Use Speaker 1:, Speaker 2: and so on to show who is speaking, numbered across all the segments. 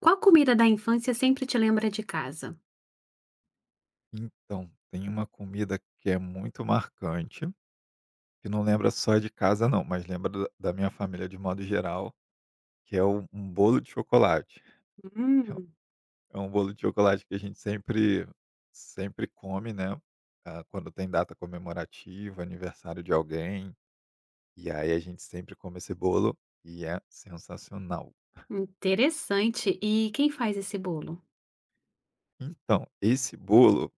Speaker 1: Qual comida da infância sempre te lembra de casa?
Speaker 2: Então, tem uma comida que é muito marcante, que não lembra só de casa não, mas lembra da minha família de modo geral, que é um bolo de chocolate. É um
Speaker 1: Hum,
Speaker 2: É um bolo de chocolate que a gente sempre come, né, quando tem data comemorativa, aniversário de alguém, e aí a gente sempre come esse bolo e é sensacional.
Speaker 1: Interessante. E quem faz esse bolo?
Speaker 2: Então, esse bolo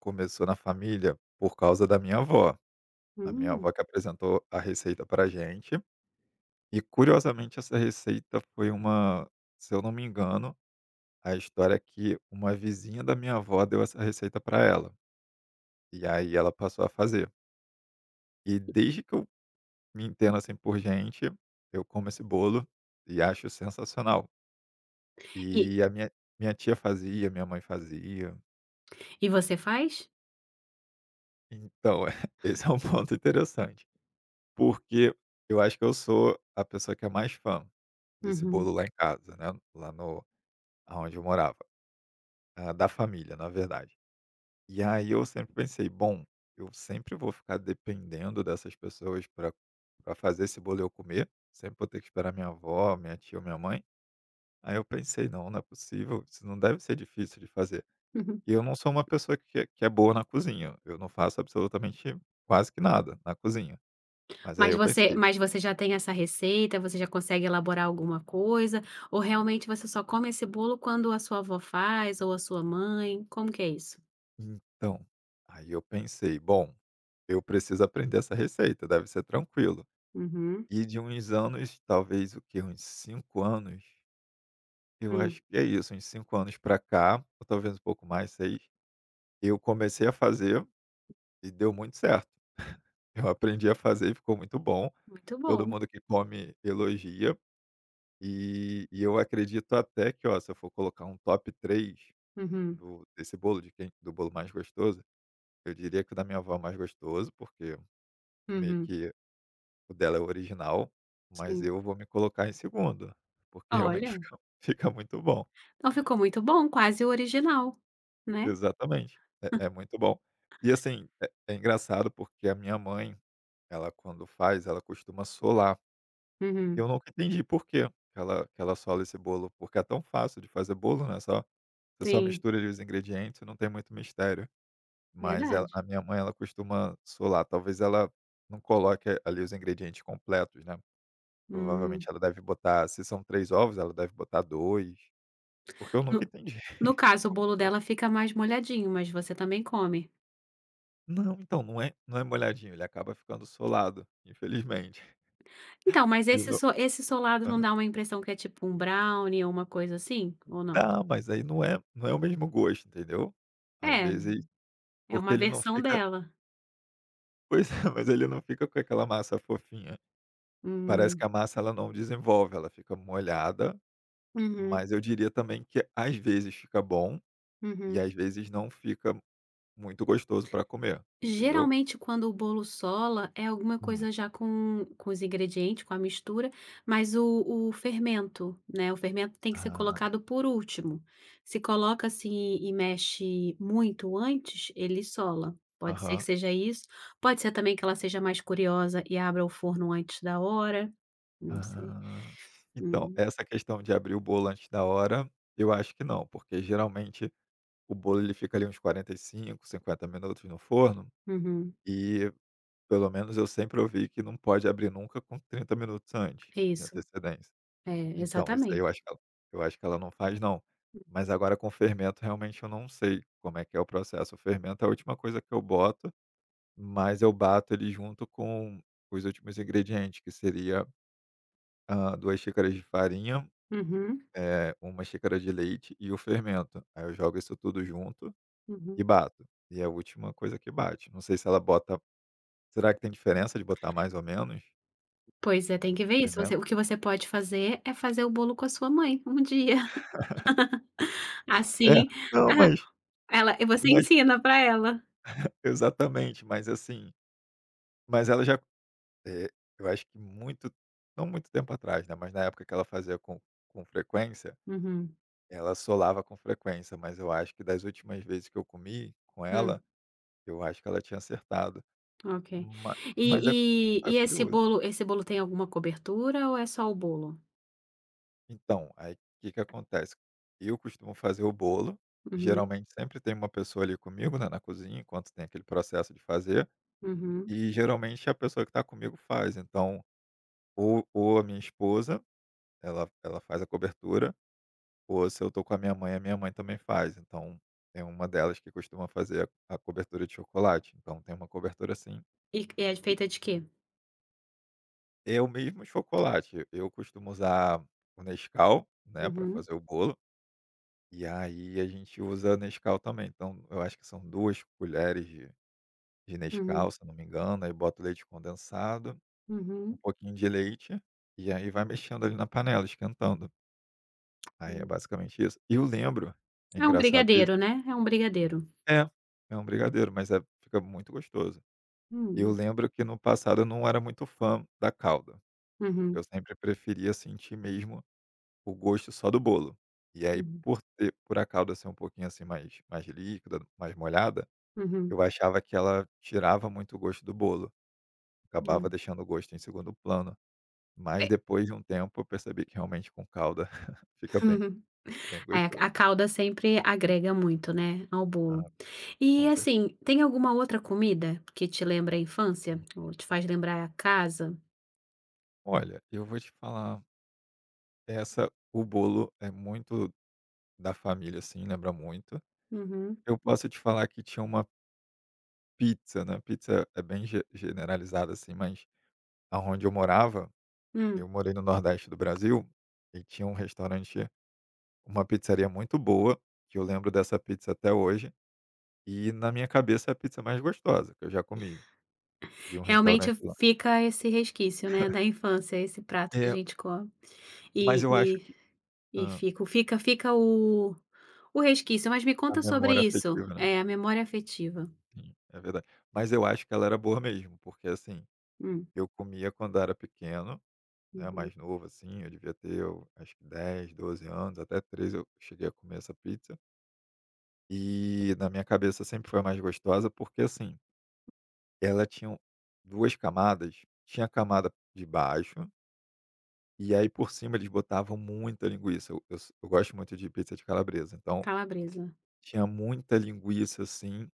Speaker 2: começou na família por causa da minha avó. A minha
Speaker 1: Hum.
Speaker 2: avó que apresentou a receita pra gente. E curiosamente essa receita foi uma se eu não me engano, a história é que uma vizinha da minha avó deu essa receita para ela, e aí ela passou a fazer. E desde que eu me entendo, assim, por gente, eu como esse bolo e acho sensacional.
Speaker 1: E
Speaker 2: E a minha Minha tia fazia, minha mãe fazia.
Speaker 1: e você faz?
Speaker 2: Então, esse é um ponto interessante, porque eu acho que eu sou a pessoa que é mais fã desse
Speaker 1: Uhum,
Speaker 2: bolo lá em casa, né, lá no aonde eu morava, da família, na verdade. E aí eu sempre pensei: "Bom, eu sempre vou ficar dependendo dessas pessoas para pra fazer esse bolo eu comer, sempre vou ter que esperar minha avó, minha tia ou minha mãe". Aí eu pensei: "Não, não é possível, isso não deve ser difícil de fazer".
Speaker 1: uhum.
Speaker 2: E eu não sou uma pessoa que é boa na cozinha, eu não faço absolutamente quase que nada na cozinha. Mas aí
Speaker 1: Mas
Speaker 2: eu
Speaker 1: você
Speaker 2: pensei:
Speaker 1: mas você já tem essa receita, você já consegue elaborar alguma coisa, ou realmente você só come esse bolo quando a sua avó faz ou a sua mãe? Como que é isso?
Speaker 2: "Então", aí eu pensei: "Bom, eu preciso aprender essa receita, deve ser tranquilo".
Speaker 1: Uhum.
Speaker 2: E de uns anos, talvez o quê? Uns 5 anos Eu
Speaker 1: hum,
Speaker 2: acho que é isso, uns 5 anos pra cá, ou talvez um pouco mais, 6, eu comecei a fazer e deu muito certo. Eu aprendi a fazer e ficou muito bom.
Speaker 1: Muito
Speaker 2: Todo
Speaker 1: bom.
Speaker 2: mundo que come elogia, e eu acredito até que, ó, se eu for colocar um top 3
Speaker 1: Uhum,
Speaker 2: do desse bolo de quem do bolo mais gostoso, eu diria que o da minha avó é mais gostoso, porque meio
Speaker 1: uhum,
Speaker 2: que o dela é o original, mas
Speaker 1: sim.
Speaker 2: eu vou me colocar em segundo, porque realmente
Speaker 1: Olha,
Speaker 2: fica muito bom.
Speaker 1: então ficou muito bom, quase o original, né?
Speaker 2: Exatamente. É muito bom. E assim, é engraçado porque a minha mãe, ela quando faz, ela costuma solar.
Speaker 1: Uhum,
Speaker 2: Eu nunca entendi por quê que ela sola esse bolo, porque é tão fácil de fazer bolo, né, só você só
Speaker 1: sim,
Speaker 2: mistura ali os ingredientes não tem muito mistério. Mas ela
Speaker 1: verdade.
Speaker 2: A minha mãe, ela costuma solar, talvez ela não coloque ali os ingredientes completos, né,
Speaker 1: Hum,
Speaker 2: provavelmente ela deve botar se são 3 ovos, ela deve botar 2. Porque eu nunca
Speaker 1: no
Speaker 2: entendi.
Speaker 1: no caso, o bolo dela fica mais molhadinho, mas você também come.
Speaker 2: Não, então, não é molhadinho, ele acaba ficando solado, infelizmente.
Speaker 1: Então, mas
Speaker 2: Ele
Speaker 1: esse
Speaker 2: não
Speaker 1: esse solado não dá uma impressão que é tipo um brownie ou uma coisa assim, ou não?
Speaker 2: Não, mas aí não é o mesmo gosto, entendeu. Às
Speaker 1: É,
Speaker 2: vezes
Speaker 1: é
Speaker 2: Porque
Speaker 1: uma
Speaker 2: ele não
Speaker 1: versão
Speaker 2: fica
Speaker 1: dela.
Speaker 2: pois é, mas ele não fica com aquela massa fofinha. Parece que
Speaker 1: Hum,
Speaker 2: a massa ela não desenvolve, ela fica molhada,
Speaker 1: uhum,
Speaker 2: mas eu diria também que às vezes fica bom e
Speaker 1: uhum.
Speaker 2: às vezes não fica muito gostoso para comer, entendeu.
Speaker 1: Geralmente, quando o bolo sola, é alguma
Speaker 2: Hum.
Speaker 1: coisa já com, os ingredientes, com a mistura, mas o fermento, né? O fermento tem que ser
Speaker 2: Ah,
Speaker 1: colocado por último. Se coloca assim e mexe muito antes, ele sola. Pode ser que
Speaker 2: aham.
Speaker 1: seja isso. Pode ser também que ela seja mais curiosa e abra o forno antes da hora. Não sei.
Speaker 2: Ah, então,
Speaker 1: Hum,
Speaker 2: essa questão de abrir o bolo antes da hora, eu acho que não, porque geralmente o bolo ele fica ali uns 45, 50 minutos no forno,
Speaker 1: uhum.
Speaker 2: e pelo menos eu sempre ouvi que não pode abrir nunca com 30 minutos antes
Speaker 1: É
Speaker 2: de
Speaker 1: isso.
Speaker 2: antecedência.
Speaker 1: É,
Speaker 2: Então, isso aí
Speaker 1: exatamente.
Speaker 2: eu acho que ela não faz não. Mas agora com fermento realmente eu não sei como é que é o processo. O fermento é a última coisa que eu boto, mas eu bato ele junto com os últimos ingredientes, que seria, 2 xícaras de farinha
Speaker 1: Uhum,
Speaker 2: É, 1 xícara de leite e o fermento. Aí eu jogo isso tudo junto
Speaker 1: uhum.
Speaker 2: e bato. E é a última coisa que bate. Não sei se ela bota, será que tem diferença de botar mais ou menos
Speaker 1: Pois é, tem que ver isso. Você
Speaker 2: fermento?
Speaker 1: O que você pode fazer é fazer o bolo com a sua mãe um dia.
Speaker 2: É,
Speaker 1: Assim,
Speaker 2: não,
Speaker 1: ela e você
Speaker 2: mas
Speaker 1: ensina para ela.
Speaker 2: exatamente, mas assim mas ela já eh, eu acho que muito não muito tempo atrás, né, mas na época que ela fazia com frequência,
Speaker 1: Uhum.
Speaker 2: ela solava com frequência, mas eu acho que das últimas vezes que eu comi com ela,
Speaker 1: Hum,
Speaker 2: eu acho que ela tinha acertado.
Speaker 1: ok. E
Speaker 2: Ma Mas
Speaker 1: e
Speaker 2: é
Speaker 1: esse
Speaker 2: curioso.
Speaker 1: bolo esse bolo tem alguma cobertura ou é só o bolo?
Speaker 2: Então, aí o que que acontece? Eu costumo fazer o bolo,
Speaker 1: Uhum,
Speaker 2: geralmente sempre tem uma pessoa ali comigo, né, na cozinha, enquanto tem aquele processo de fazer,
Speaker 1: uhum.
Speaker 2: e geralmente a pessoa que está comigo faz, então, ou a minha esposa, ela faz a cobertura, ou se eu estou com a minha mãe também faz, então tem uma delas que costuma fazer a cobertura de chocolate, então tem uma cobertura assim,
Speaker 1: E é
Speaker 2: e
Speaker 1: feita de quê?
Speaker 2: é o mesmo chocolate, eu costumo usar o Nescau, né, para
Speaker 1: Uhum,
Speaker 2: fazer o bolo. E aí a gente usa Nescau também, então eu acho que são 2 colheres de
Speaker 1: uhum,
Speaker 2: Nescau, se eu não me engano, aí bota o leite condensado, um
Speaker 1: uhum,
Speaker 2: pouquinho de leite, e aí vai mexendo ali na panela, esquentando. Aí é
Speaker 1: hum.
Speaker 2: basicamente isso. E eu lembro, é
Speaker 1: É um
Speaker 2: engraçado isso.
Speaker 1: brigadeiro, né? É um brigadeiro.
Speaker 2: É, é um brigadeiro, mas fica muito gostoso. Eu
Speaker 1: Hum.
Speaker 2: lembro que no passado eu não era muito fã da calda, porque
Speaker 1: Uhum,
Speaker 2: eu sempre preferia sentir mesmo o gosto só do bolo. E aí
Speaker 1: uhum,
Speaker 2: por a calda ser um pouquinho, assim, mais líquida, mais molhada.
Speaker 1: uhum.
Speaker 2: Eu achava que ela tirava muito o gosto do bolo, acabava
Speaker 1: Hum.
Speaker 2: deixando o gosto em segundo plano, mas
Speaker 1: É.
Speaker 2: depois de um tempo eu percebi que realmente com calda fica bem
Speaker 1: É, a
Speaker 2: gostoso.
Speaker 1: calda sempre agrega muito, né, ao bolo.
Speaker 2: Ah,
Speaker 1: E
Speaker 2: com certeza.
Speaker 1: assim, tem alguma outra comida que te lembra a infância?
Speaker 2: Hum.
Speaker 1: Ou te faz lembrar a casa?
Speaker 2: Olha, eu vou te falar, essa o bolo é muito da família, assim, lembra muito.
Speaker 1: Uhum.
Speaker 2: Eu posso te falar que tinha uma pizza, né, pizza é bem ge generalizada, assim, mas aonde eu morava, eu
Speaker 1: Hum.
Speaker 2: morei no Nordeste do Brasil, e tinha um restaurante uma pizzaria muito boa, que eu lembro dessa pizza até hoje. E na minha cabeça é a pizza mais gostosa que eu já comi, de um
Speaker 1: Realmente
Speaker 2: restaurante lá.
Speaker 1: fica esse resquício, né, da infância, esse prato que a
Speaker 2: É,
Speaker 1: gente come.
Speaker 2: mas
Speaker 1: E
Speaker 2: eu acho
Speaker 1: e
Speaker 2: que
Speaker 1: e
Speaker 2: hã,
Speaker 1: fica o resquício. Mas me
Speaker 2: a
Speaker 1: conta sobre
Speaker 2: memória
Speaker 1: isso,
Speaker 2: afetiva, né.
Speaker 1: é a memória afetiva.
Speaker 2: Sim, é verdade. Mas eu acho que ela era boa mesmo, porque, assim,
Speaker 1: Hum.
Speaker 2: eu comia quando era pequeno, né,
Speaker 1: Uhum.
Speaker 2: mais novo, assim, eu devia ter eu acho que 10 12 anos, até 13 eu cheguei a comer essa pizza. E na minha cabeça sempre foi a mais gostosa, porque, assim, ela tinha 2 camadas, tinha a camada de baixo. E aí por cima eles botavam muita linguiça, eu gosto muito de pizza de calabresa, então
Speaker 1: Calabresa.
Speaker 2: tinha muita linguiça, assim,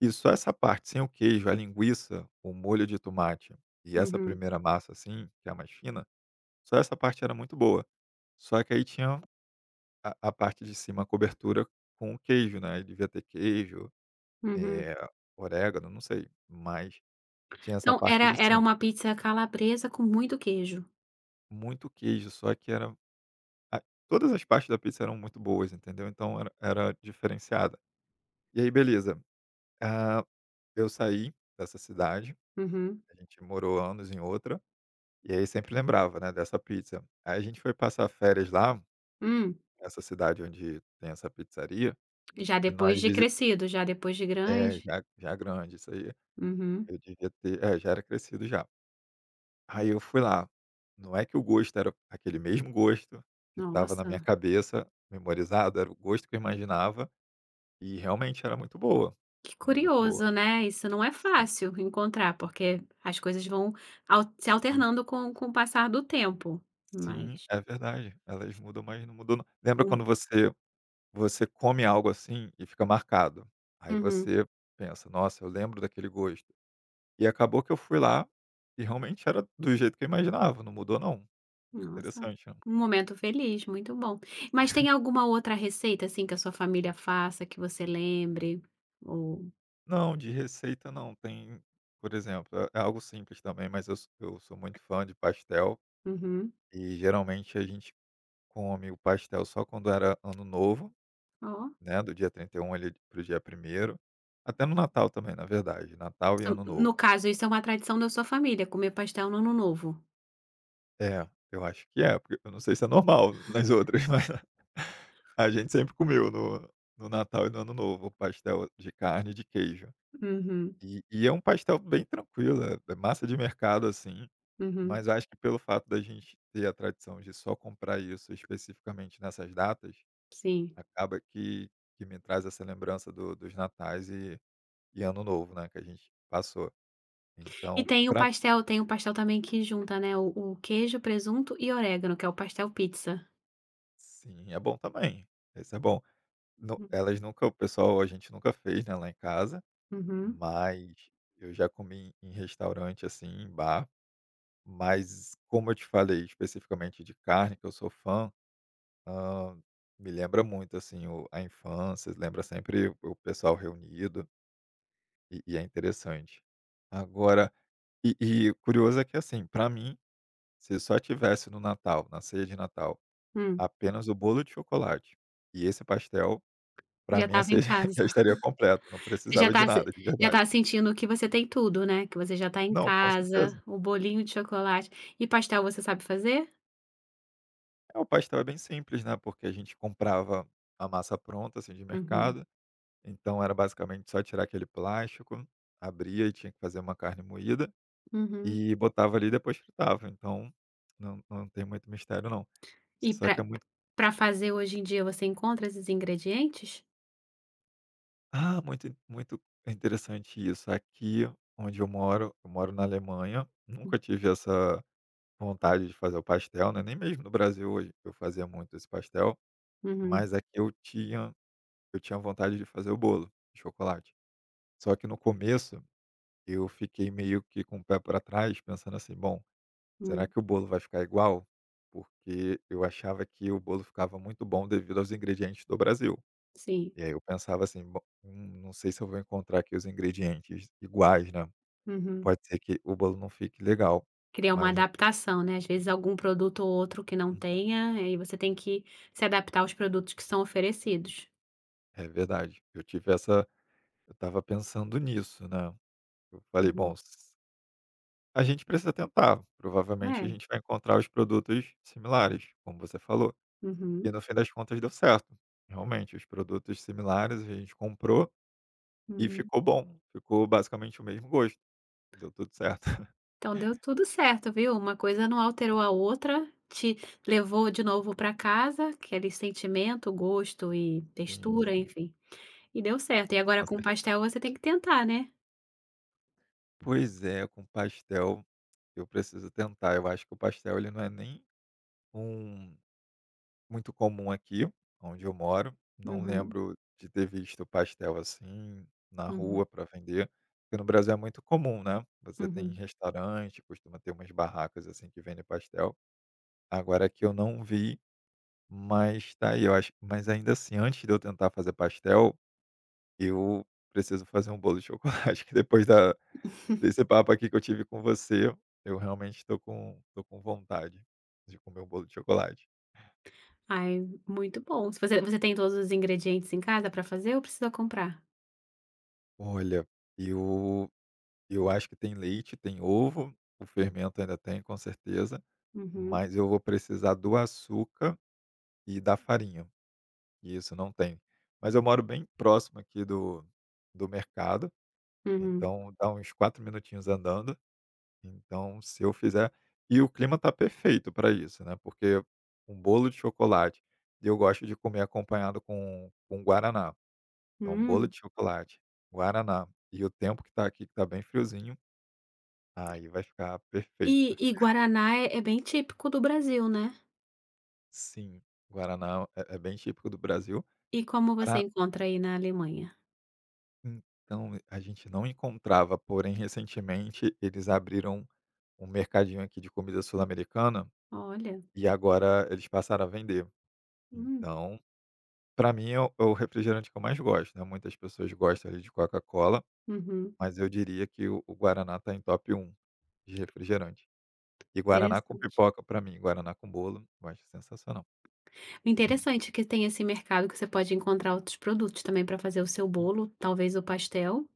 Speaker 2: e só essa parte, sem o queijo, a linguiça, o molho de tomate e essa
Speaker 1: Uhum.
Speaker 2: primeira massa, assim, que é a mais fina, só essa parte era muito boa. Só que aí tinha a parte de cima, a cobertura com o queijo, né, aí devia ter queijo,
Speaker 1: Uhum.
Speaker 2: eh, orégano, não sei, mas tinha essa
Speaker 1: Então
Speaker 2: parte
Speaker 1: era
Speaker 2: de
Speaker 1: era
Speaker 2: cima.
Speaker 1: uma pizza calabresa com muito queijo.
Speaker 2: Muito queijo, só que era a todas as partes da pizza eram muito boas, entendeu, então era diferenciada. E aí, beleza. Ah, eu saí dessa cidade,
Speaker 1: Uhum.
Speaker 2: a gente morou anos em outra, e aí sempre lembrava, né, dessa pizza. Aí a gente foi passar férias lá,
Speaker 1: Hum.
Speaker 2: nessa cidade onde tem essa pizzaria,
Speaker 1: Já
Speaker 2: e
Speaker 1: depois
Speaker 2: nós
Speaker 1: de
Speaker 2: visi
Speaker 1: crescido, já depois de
Speaker 2: é,
Speaker 1: grande.
Speaker 2: já grande isso aí,
Speaker 1: Uhum.
Speaker 2: eu devia ter é, já era crescido já. Aí eu fui lá, não é que o gosto era aquele mesmo gosto que estava na
Speaker 1: Nossa,
Speaker 2: minha cabeça, memorizado, era o gosto que eu imaginava, e realmente era muito boa,
Speaker 1: que
Speaker 2: ela é muito
Speaker 1: curioso,
Speaker 2: boa.
Speaker 1: né. Isso não é
Speaker 2: Sim,
Speaker 1: fácil encontrar, porque as coisas vão al se
Speaker 2: sim.
Speaker 1: alternando com o passar do tempo,
Speaker 2: Sim,
Speaker 1: mas
Speaker 2: é verdade. Elas mudam, mas não mudou na lembra
Speaker 1: um
Speaker 2: quando você come algo, assim, e fica marcado? Aí
Speaker 1: uhum.
Speaker 2: você pensa: "Nossa, eu lembro daquele gosto". E acabou que eu fui lá e realmente era do jeito que eu imaginava, não mudou não.
Speaker 1: Nossa,
Speaker 2: Interessante, né.
Speaker 1: um momento feliz, muito bom. Mas tem alguma outra receita, assim, que a sua família faça, que você lembre? Ou
Speaker 2: Não, de receita não, tem por exemplo, é algo simples também, mas eu sou muito fã de pastel
Speaker 1: uhum.
Speaker 2: e geralmente a gente come o pastel só quando era ano novo,
Speaker 1: Ó,
Speaker 2: né, do dia 31 ali para o dia primeiro, até no Natal também, na verdade, Natal e
Speaker 1: so
Speaker 2: Ano Novo.
Speaker 1: no caso, isso é uma tradição da sua família, comer pastel no ano novo?
Speaker 2: É, eu acho que é, porque eu não sei se é normal nas outras, mas a gente sempre comeu no no Natal e no Ano Novo pastel de carne e de queijo.
Speaker 1: Uhum,
Speaker 2: E é um pastel bem tranquilo, é massa de mercado, assim,
Speaker 1: uhum,
Speaker 2: mas acho que pelo fato da gente ter a tradição de só comprar isso especificamente nessas datas,
Speaker 1: sim.
Speaker 2: acaba que me traz essa lembrança do dos natais e Ano Novo, né, que a gente passou.
Speaker 1: E
Speaker 2: Então,
Speaker 1: tem o
Speaker 2: pra
Speaker 1: pastel tem o pastel também que junta, né, o queijo, presunto e orégano, que é o pastel pizza.
Speaker 2: sim, é bom também, esse é bom. Nu
Speaker 1: Hum.
Speaker 2: elas nunca o pessoal A gente nunca fez, né, lá em casa,
Speaker 1: Uhum.
Speaker 2: mas eu já comi em restaurante, assim, em bar. Mas como eu te falei, especificamente de carne, que eu sou fã, hã, me lembra muito, assim, o a infância, lembra sempre o pessoal reunido, e é interessante. Agora, e curioso é que, assim, para mim, se só tivesse no Natal, na ceia de Natal,
Speaker 1: Hum.
Speaker 2: apenas o bolo de chocolate. E esse pastel, para
Speaker 1: Já
Speaker 2: mim, a
Speaker 1: estava em
Speaker 2: ceia
Speaker 1: casa.
Speaker 2: já estaria completo, não
Speaker 1: Você já
Speaker 2: precisava de
Speaker 1: está se
Speaker 2: nada, de
Speaker 1: já
Speaker 2: verdade.
Speaker 1: está sentindo que você tem tudo, né, que você já está em
Speaker 2: Não, com
Speaker 1: casa,
Speaker 2: certeza.
Speaker 1: o bolinho de chocolate. E pastel você sabe fazer?
Speaker 2: É, o pastel é bem simples, né, porque a gente comprava a massa pronta, assim, de
Speaker 1: Uhum.
Speaker 2: mercado, então era basicamente só tirar aquele plástico, abria, e tinha que fazer uma carne moída
Speaker 1: Uhum.
Speaker 2: e botava ali e depois fritava. Então não tem muito mistério não.
Speaker 1: E
Speaker 2: Só que é
Speaker 1: para
Speaker 2: muito,
Speaker 1: pra fazer hoje em dia, você encontra esses ingredientes?
Speaker 2: muito muito interessante isso. Aqui onde eu moro na Alemanha, nunca
Speaker 1: Hum.
Speaker 2: tive essa vontade de fazer o pastel, né, nem mesmo no Brasil hoje eu fazia muito esse pastel.
Speaker 1: Uhum.
Speaker 2: Mas aqui eu tinha vontade de fazer o bolo de chocolate. Só que no começo eu fiquei meio que com o pé para trás pensando assim: "Bom, será
Speaker 1: Hum.
Speaker 2: que o bolo vai ficar igual?" Porque eu achava que o bolo ficava muito bom devido aos ingredientes do Brasil.
Speaker 1: Sim.
Speaker 2: E aí eu pensava assim: "Bom, não sei se eu vou encontrar aqui os ingredientes iguais, né,
Speaker 1: Uhum.
Speaker 2: pode ser que o bolo não fique legal".
Speaker 1: Criar uma
Speaker 2: Mas no fim,
Speaker 1: adaptação, né, às vezes algum produto ou outro que não
Speaker 2: uhum,
Speaker 1: tenha, aí você tem que se adaptar aos produtos que são oferecidos.
Speaker 2: é verdade, eu tive essa eu estava pensando nisso, né. Eu falei: "Bom,
Speaker 1: Uhum.
Speaker 2: s a gente precisa tentar, provavelmente a
Speaker 1: É.
Speaker 2: gente vai encontrar os produtos similares", como você falou. E
Speaker 1: Uhum,
Speaker 2: no fim das contas deu certo. Realmente, os produtos similares a gente comprou e
Speaker 1: uhum.
Speaker 2: ficou bom, ficou basicamente o mesmo gosto, deu tudo certo.
Speaker 1: Então deu tudo certo, viu. Uma coisa não alterou a outra, te levou de novo para casa, aquele sentimento, gosto e
Speaker 2: Sim,
Speaker 1: textura,
Speaker 2: sim.
Speaker 1: enfim, e deu certo. E agora
Speaker 2: com
Speaker 1: com
Speaker 2: cer
Speaker 1: pastel você tem que tentar, né.
Speaker 2: Pois é, com pastel eu preciso tentar. Eu acho que o pastel ele não é nem um muito comum aqui onde eu moro. Não
Speaker 1: Uhum,
Speaker 2: lembro de ter visto pastel assim na
Speaker 1: uhum,
Speaker 2: rua para vender, porque no Brasil é muito comum, né? Você tem
Speaker 1: uhum.
Speaker 2: restaurante, costuma ter umas barracas assim que vendem pastel. Agora aqui eu não vi, mas tá aí, eu acho. Mas ainda assim, antes de eu tentar fazer pastel, eu preciso fazer um bolo de chocolate, que depois desse papo aqui que eu tive com você, eu realmente tô com vontade de comer um bolo de chocolate.
Speaker 1: Ai, muito bom. Se você tem todos os ingredientes em casa para fazer ou precisa comprar?
Speaker 2: Olha, eu Eu acho que tem leite, tem ovo, o
Speaker 1: Hum,
Speaker 2: fermento ainda tem, com certeza,
Speaker 1: uhum.
Speaker 2: mas eu vou precisar do açúcar e da farinha, e isso não tem. Mas eu moro bem próximo aqui do mercado,
Speaker 1: Uhum.
Speaker 2: então dá uns 4 minutinhos andando. Então, se eu fizer, e o clima tá perfeito para isso, né, porque um bolo de chocolate eu gosto de comer acompanhado com guaraná, então um bolo
Speaker 1: Hum.
Speaker 2: de chocolate, guaraná e o tempo que tá aqui, que tá bem friozinho, aí vai ficar
Speaker 1: E
Speaker 2: perfeito.
Speaker 1: e guaraná é bem típico do Brasil, né?
Speaker 2: Sim, guaraná é bem típico do Brasil.
Speaker 1: E como você
Speaker 2: Pra
Speaker 1: encontra aí na Alemanha?
Speaker 2: Então, a gente não encontrava, porém recentemente eles abriram um mercadinho aqui de comida sul-americana
Speaker 1: Olha,
Speaker 2: e agora eles passaram a vender.
Speaker 1: hum,
Speaker 2: Então, para mim é o refrigerante que eu mais gosto, né. Muitas pessoas gostam ali de Coca-Cola,
Speaker 1: uhum,
Speaker 2: mas eu diria que o guaraná tá em top 1 de refrigerante. E guaraná com
Speaker 1: interessante.
Speaker 2: pipoca, para mim, guaraná com bolo, eu acho sensacional.
Speaker 1: O interessante é que tem esse mercado que você pode encontrar outros produtos também para fazer o seu bolo, talvez o pastel,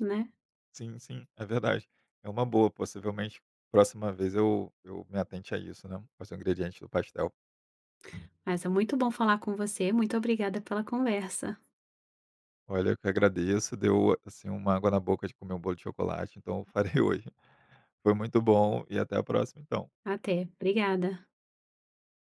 Speaker 1: né?
Speaker 2: Sim, sim, é verdade. É uma boa, possivelmente próxima vez eu me atente a isso, né, aos ingredientes do pastel.
Speaker 1: Mas é muito bom falar com você, muito obrigada pela conversa.
Speaker 2: Olha, eu que agradeço, deu, assim, uma água na boca de comer um bolo de chocolate, então eu farei hoje. Foi muito bom, e até a próxima então.
Speaker 1: Até, obrigada.